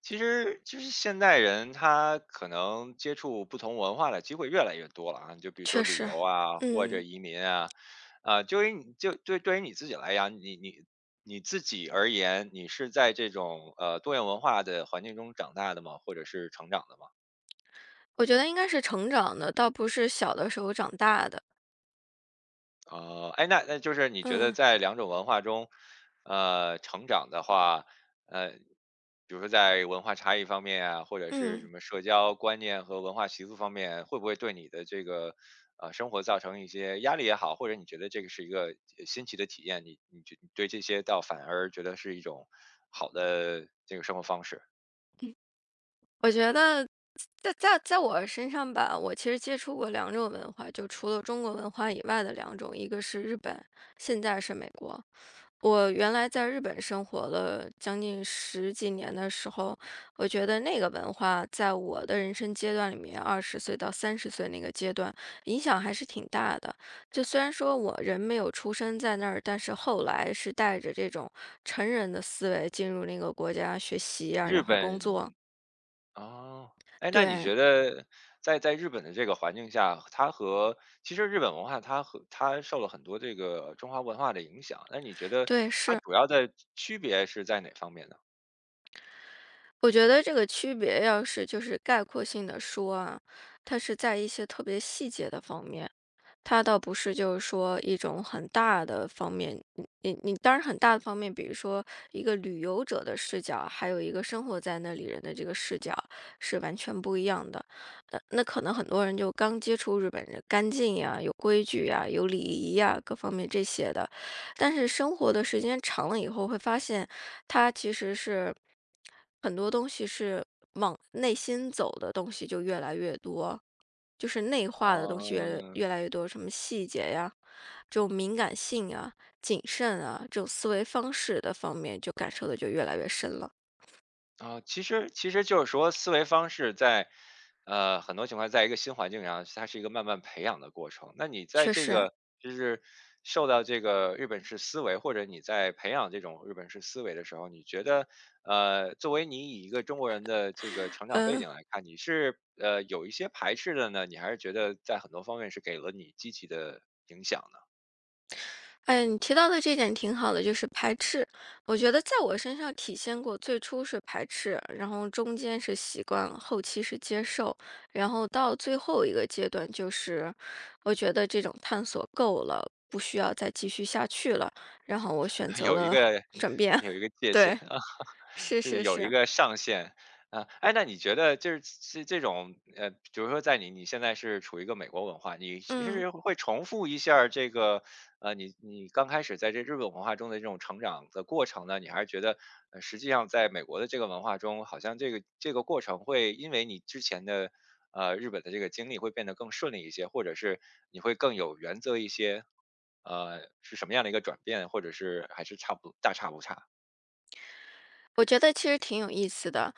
其实就是现代人他可能接触不同文化的机会越来越多了啊，就比如说确旅实，游啊，或者嗯，移民啊，啊，就于你就对对于你自己来讲，你自己而言，你是在这种多元文化的环境中长大的吗？或者是成长的吗？我觉得应该是成长的，倒不是小的时候长大的。哦，哎，那就是你觉得嗯在两种文化中，成长的话，呃，比如说在文化差异方面啊，或者是什嗯，么社交观念和文化习俗方面，会不会对你的这个生活造成一些压力也好，或者你觉得这个是一个新奇的体验，你对这些倒反而觉得是一种好的这个生活方式？我觉得在我身上吧，我其实接触过两种文化，就除了中国文化以外的两种，一个是日本，现在是美国。我原来在日本生活了将近10几年的时候，我觉得那个文化在我的人生阶段里面20岁到30岁那个阶段，影响还是挺大的。就虽然说我人没有出生在那儿，但是后来是带着这种成人的思维进入那个国家学习呀，日然后工作。本。哦，哎，那你对，觉得在日本的这个环境下，其实日本文化它和它受了很多这个中华文化的影响，那你觉得对，它是。主要的区别是在哪方面呢？我觉得这个区别要是就是概括性的说啊，它是在一些特别细节的方面。它倒不是就是说一种很大的方面，你当然很大的方面，比如说一个旅游者的视角，还有一个生活在那里人的这个视角是完全不一样的。那可能很多人就刚接触日本人，干净呀、有规矩呀、有礼仪呀各方面这些的，但是生活的时间长了以后，会发现它其实是很多东西是往内心走的东西就越来越多。就是内化的东西越哦。越来越多，什么细节呀，这种敏感性啊、谨慎啊，这种思维方式的方面，就感受的就越来越深了。其实就是说思维方式在，很多情况在一个新环境上，它是一个慢慢培养的过程。那你在确这实，个就是受到这个日本式思维，或者你在培养这种日本式思维的时候，你觉得，作为你以一个中国人的这个成长背嗯，景来看，你是有一些排斥的呢，你还是觉得在很多方面是给了你积极的影响呢？哎呀，你提到的这点挺好的，就是排斥。我觉得在我身上体现过，最初是排斥，然后中间是习惯，后期是接受，然后到最后一个阶段就是，我觉得这种探索够了，不需要再继续下去了，然后我选 择有一了 个 转变。有一个 界限，对。啊，是就是是有一是，个上限。啊，哎，那你觉得就是这种，比如说你你现在是处于一个美国文化，你嗯，是会重复一下儿这个，你你刚开始在这日本文化中的这种成长的过程呢？你还是觉得，实际上在美国的这个文化中，好像这个过程会因为你之前的，日本的这个经历会变得更顺利一些，或者是你会更有原则一些，是什么样的一个转变，或者是还是差不大差不差？我觉得其实挺有意思的。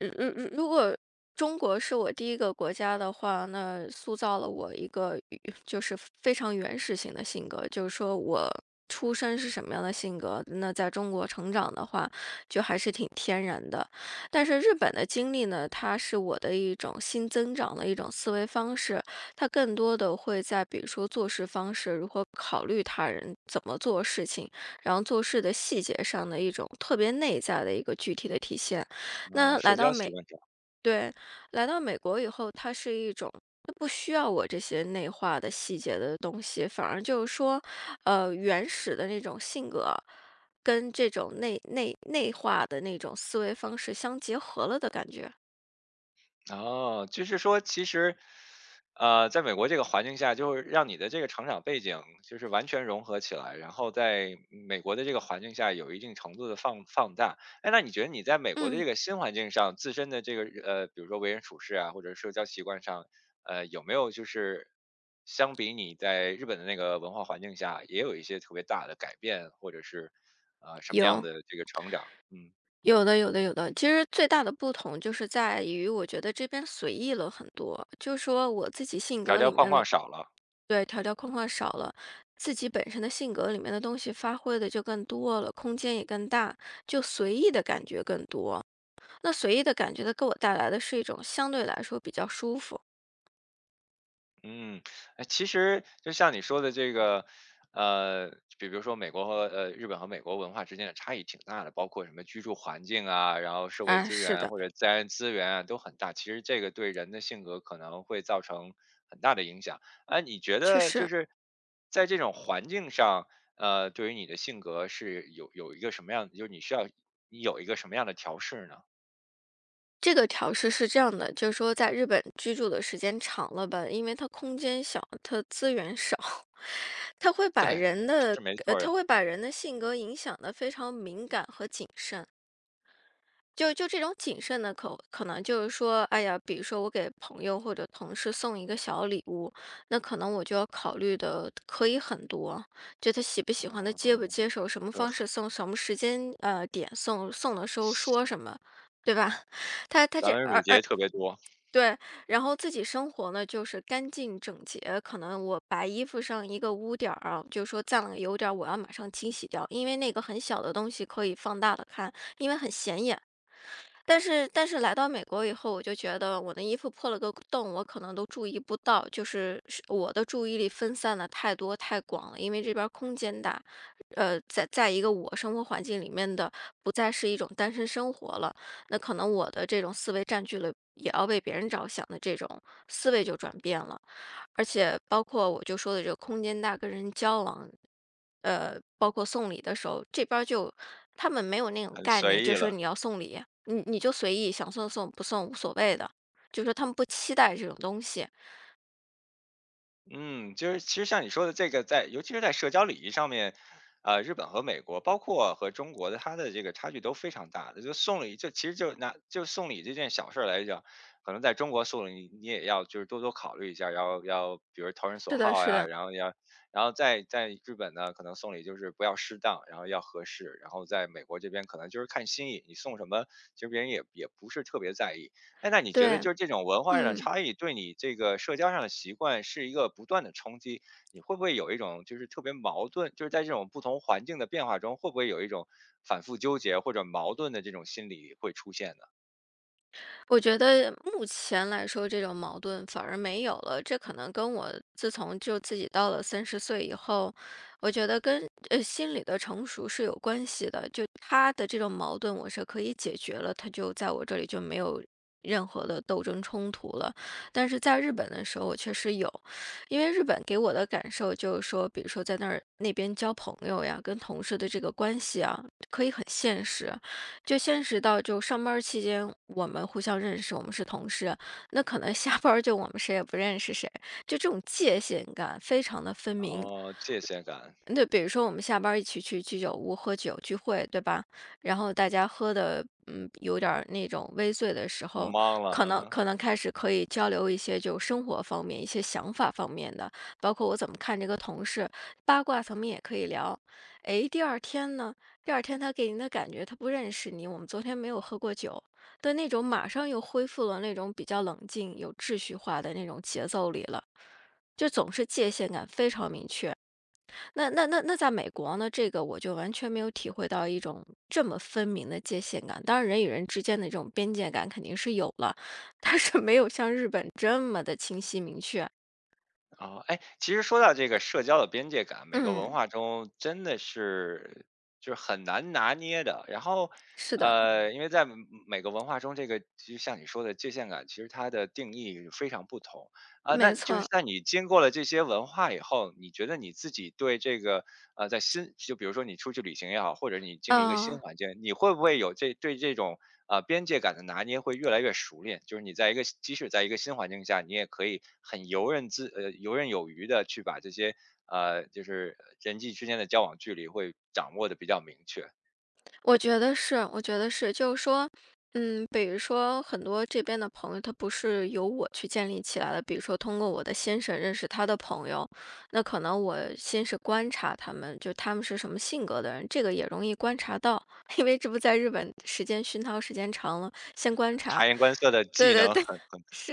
如果中国是我第一个国家的话，那塑造了我一个就是非常原始型的性格，就是说我出生是什么样的性格，那在中国成长的话，就还是挺天然的。但是日本的经历呢，它是我的一种新增长的一种思维方式，它更多的会在比如说做事方式，如何考虑他人，怎么做事情。然后做事的细节上的一种特别内在的一个具体的体现。啊，那社来交到习美，惯上。对，来到美国以后，它是一种。它不需要我这些内化的细节的东西，反而就是说，原始的那种性格，跟这种内化的那种思维方式相结合了的感觉。哦，就是说其实，在美国这个环境下，就是让你的这个成长背景就是完全融合起来，然后在美国的这个环境下有一定程度的放大。哎，那你觉得你在美国的嗯，这个新环境上，自身的这个，比如说为人处事啊，或者社交习惯上，有没有就是相比你在日本的那个文化环境下，也有一些特别大的改变，或者是什么样有。的这个成长？嗯，有的，有的，有的。其实最大的不同就是在于，我觉得这边随意了很多。就说我自己性条格条里框面框的，少了。对，条条框框少了，自己本身的性格里面的东西发挥的就更多了，空间也更大，就随意的感觉更多。那随意的感觉，它给我带来的是一种相对来说比较舒服。嗯，哎，其实就像你说的这个，呃，比如说美国和呃日本和美国文化之间的差异挺大的，包括什么居住环境啊，然后社会啊，资是源的，或者自然资源啊都很大。其实这个对人的性格可能会造成很大的影响。哎，你觉确得实。就是在这种环境上，对于你的性格是有一个什么样，就是你需要你有一个什么样的调试呢？这个调试是这样的，就是说在日本居住的时间长了吧，因为它空间小，它资源少。他会把对，人的是没错儿的。他会把人的性格影响的非常敏感和谨慎。就这种谨慎呢，可能就是说，哎呀，比如说我给朋友或者同事送一个小礼物，那可能我就要考虑的可以很多，就他喜不喜欢，他接不嗯，接受，什么就方是式送，什么时间点送，送的时候说什么，对吧？他他这繁文缛而节而特别多。对，然后自己生活呢，就是干净整洁。可能我白衣服上一个污点儿啊，就说脏了有点儿，我要马上清洗掉，因为那个很小的东西可以放大的看，因为很显眼。但是来到美国以后，我就觉得我的衣服破了个洞，我可能都注意不到，就是我的注意力分散的太多太广了，因为这边儿空间大，在一个我生活环境里面的不再是一种单身生活了，那可能我的这种思维占据了也要为别人着想的这种思维就转变了。而且包括我就说的这个空间大，跟人交往，包括送礼的时候，这边儿就他们没有那种很概念，随意就说了。你要送礼，你就随意，想送送不送无所谓的，就说他们不期待这种东西。嗯，就是其实像你说的这个尤其是在社交礼仪上面，日本和美国，包括和中国的，它的这个差距都非常大的。就送礼，就其实就拿送礼这件小事儿来讲，可能在中国送礼你也要就是多多考虑一下，要比如投人所是的，好是呀，的。然后要，然后在日本呢，可能送礼就是不要适当，然后要合适，然后在美国这边可能就是看心意，你送什么，其实别人也不是特别在意。哎，那你觉得对，就是这种文化上的嗯。差异，对你这个社交上的习惯是一个不断的冲击，你会不会有一种就是特别矛盾，就是在这种不同环境的变化中，会不会有一种反复纠结或者矛盾的这种心理会出现呢？我觉得目前来说，这种矛盾反而没有了。这可能跟我自从就自己到了三十岁以后，我觉得跟心理的成熟是有关系的。就他的这种矛盾，我是可以解决了，他就在我这里就没有任何的斗争冲突了。但是在日本的时候，我确实有，因为日本给我的感受就是说，比如说在那儿那边交朋友呀，跟同事的这个关系啊，可以很现实。就现实到就上班儿期间，我们互相认识，我们是同事，那可能下班儿就我们谁也不认识谁，就这种界限感非常的分明。哦，界限感。对，比如说我们下班儿一起去居酒屋喝酒聚会，对吧？然后大家喝的，嗯，有点儿那种微醉的时候，懵了可能啊。可能开始可以交流一些就生活方面、一些想法方面的，包括我怎么看这个同事，八卦层面也可以聊。诶，第二天呢？第二天他给您的感觉，他不认识你，我们昨天没有喝过酒的那种，马上又恢复了那种比较冷静、有秩序化的那种节奏里了，就总是界限感非常明确。那在美国呢，这个我就完全没有体会到一种这么分明的界限感。当然，人与人之间的这种边界感肯定是有了，但是没有像日本这么的清晰明确。哦，哎，其实说到这个社交的边界感，每个文嗯，化中真的是就是很难拿捏的。然后，是的，因为在每个文化中，这个就像你说的界限感，其实它的定义非常不同。啊，那没就是错，在你经过了这些文化以后，你觉得你自己对这个，在比如说你出去旅行也好，或者你经历一个新啊、环境，你会不会有这对这种边界感的拿捏会越来越熟练？就是你在一个即使在一个新环境下，你也可以很游刃有余的去把这些就是人际之间的交往距离会掌握的比较明确，我觉得是，我觉得是，就是说，嗯，比如说很多这边的朋友，他不是由我去建立起来的，比如说通过我的先生认识他的朋友，那可能我先是观察他们，就他们是什么性格的人，这个也容易观察到，因为这不在日本时间熏陶时间长了，先观察，察言观色的对技对能 对，是。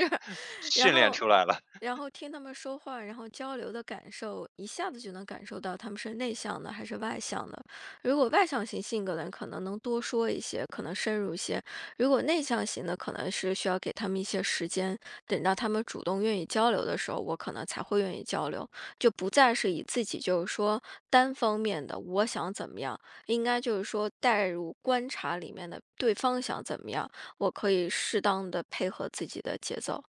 然训练后，出来了。然后听他们说话，然后交流的感受，一下子就能感受到他们是内向的还是外向的。如果外向型性格的人，可能能多说一些，可能深入一些；如果内向型的，可能是需要给他们一些时间，等到他们主动愿意交流的时候，我可能才会愿意交流，就不再是以自己就是说单方面的我想怎么样，应该就是说带入观察里面的对方想怎么样，我可以适当的配合自己的节奏。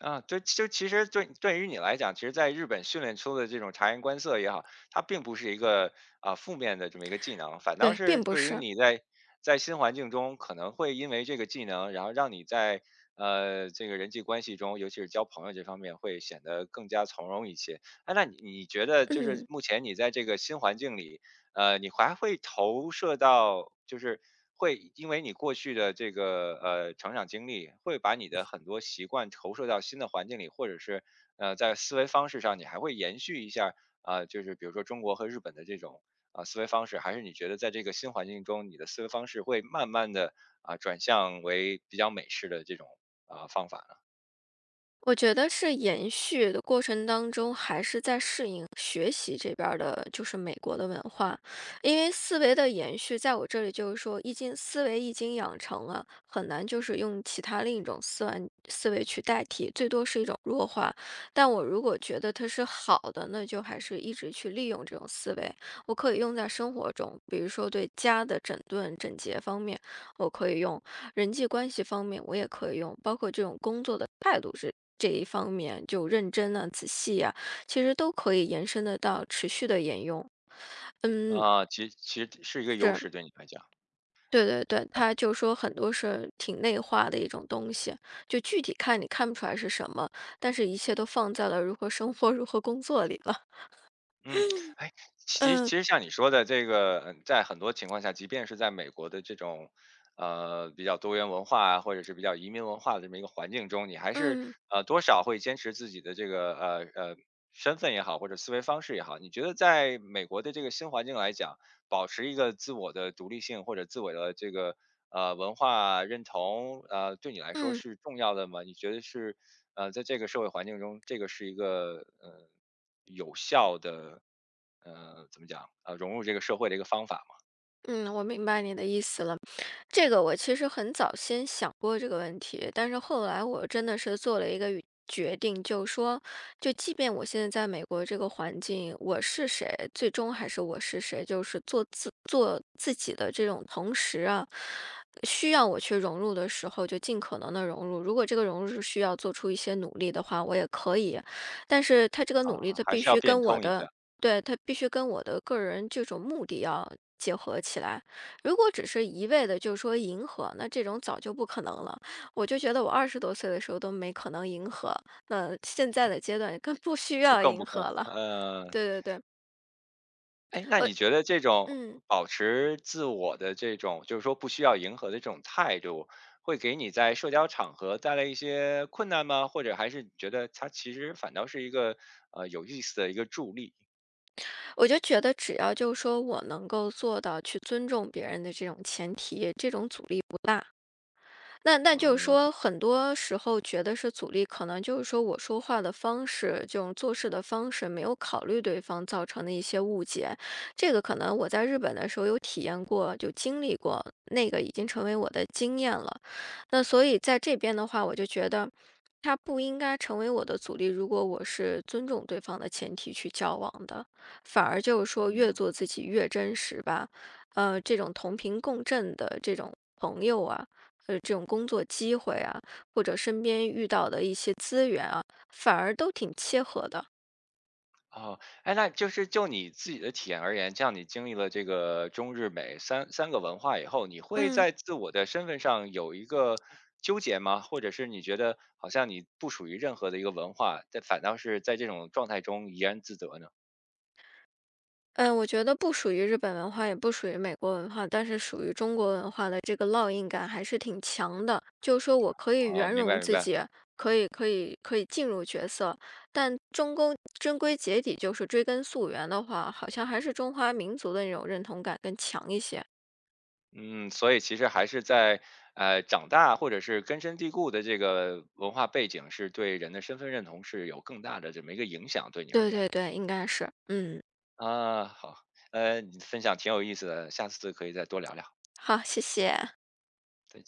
啊，对，就其实对于你来讲，其实在日本训练出的这种察言观色也好，它并不是一个负面的这么一个技能，反倒对，是并不对于是。你在新环境中，可能会因为这个技能，然后让你在这个人际关系中，尤其是交朋友这方面，会显得更加从容一些。哎，那你觉得就是嗯，目前你在这个新环境里，你还会投射到，就是会因为你过去的这个成长经历，会把你的很多习惯投射到新的环境里，或者是在思维方式上，你还会延续一下就是比如说中国和日本的这种思维方式，还是你觉得在这个新环境中，你的思维方式会慢慢的转向为比较美式的这种方法呢？我觉得是延续的过程当中，还是在适应学习这边儿的，就是美国的文化。因为思维的延续，在我这里就是说，一经思维一经养成了，很难就是用其他另一种思维去代替，最多是一种弱化。但我如果觉得它是好的，那就还是一直去利用这种思维，我可以用在生活中，比如说对家的整顿整洁方面，我可以用。人际关系方面我也可以用，包括这种工作的态度是这一方面，就认真啊、仔细呀，其实都可以延伸得到持续的沿用。其实是一个优是，势对你来讲。对对对，他就说很多是挺内化的一种东西，就具体看你看不出来是什么，但是一切都放在了如何生活、如何工作里了。嗯，哎，其其嗯实像你说的这个，嗯在很多情况下，即便是在美国的这种，比较多元文化啊，或者是比较移民文化的这么一个环境中，你还是嗯多少会坚持自己的这个身份也好，或者思维方式也好。你觉得在美国的这个新环境来讲，保持一个自我的独立性或者自我的这个文化认同，对你来说嗯。是重要的吗？你觉得是在这个社会环境中，这个是一个有效的怎么讲融入这个社会的一个方法嗯，我明白你的意思了。这个我其实很早先想过这个问题，但是后来我真的是做了一个决定，就说，就即便我现在在美国这个环境，我是谁，最终还是我是谁，就是做己的这种同时啊，需要我去融入的时候，就尽可能的融入。如果这个融入是需要做出一些努力的话，我也可以，但是他这个嘛。努力，啊，他还必是要须变跟我通一的。下，对，他必须跟我的个人这种目的要结合起来。如果只是一味的就是说迎合，那这种早就不可能了。我就觉得我20多岁的时候都没可能迎合，那现在的阶段更不需就要更不迎可合了。对对对，哎，那我你觉得这种嗯，保持自我的这种，就是说不需要迎合的这种态度，会给你在社交场合带来一些困难吗？或者还是你觉得它其实反倒是一个有意思的一个助力？我就觉得只要就是说我能够做到去尊重别人的这种前提，这种阻力。那啊。就是说，很多时候觉得是阻力，可能就是说我说话的方式，这种做事的方式，没有考虑对方造成的一些误解。这个可能我在日本的时候有体验过，就经历过，那个已经成为我的经验了。那所以在这边的话，我就觉得它不应该成为我的阻力。如果我是尊重对方的前提去交往的，反而就是说越嗯。做自己越真实吧。这种同频共振的这种朋友啊。这种工作机会啊，或者身边遇到的一些资源啊，反而都挺切合的。哦，哎，那就是就你自己的体验而言，这样你经历了这个中日美三个文化以后，你会嗯在自我的身份上有一个纠结吗？或者是你觉得好像你不属于任何的一个文化，但反倒是在这种状态中怡然自得呢？嗯，我觉得不属于日本文化，也不属于美国文化，但是属于中国文化的这个烙印感还是挺强的。就是说我可以哦，圆明白融明自白。己，可以进入角色，但中公终归结底就是追根溯源的话，好像还是中华民族的那种认同感更强一些。嗯，所以其实还是在长大或者是根深蒂固的这个文化背景，是对人的身份认同是有更大的这么一个影响，对你而对言。对对，应该是。嗯，啊，好，你的分享挺有意思的，下次可以再多聊聊。好，谢谢。再见。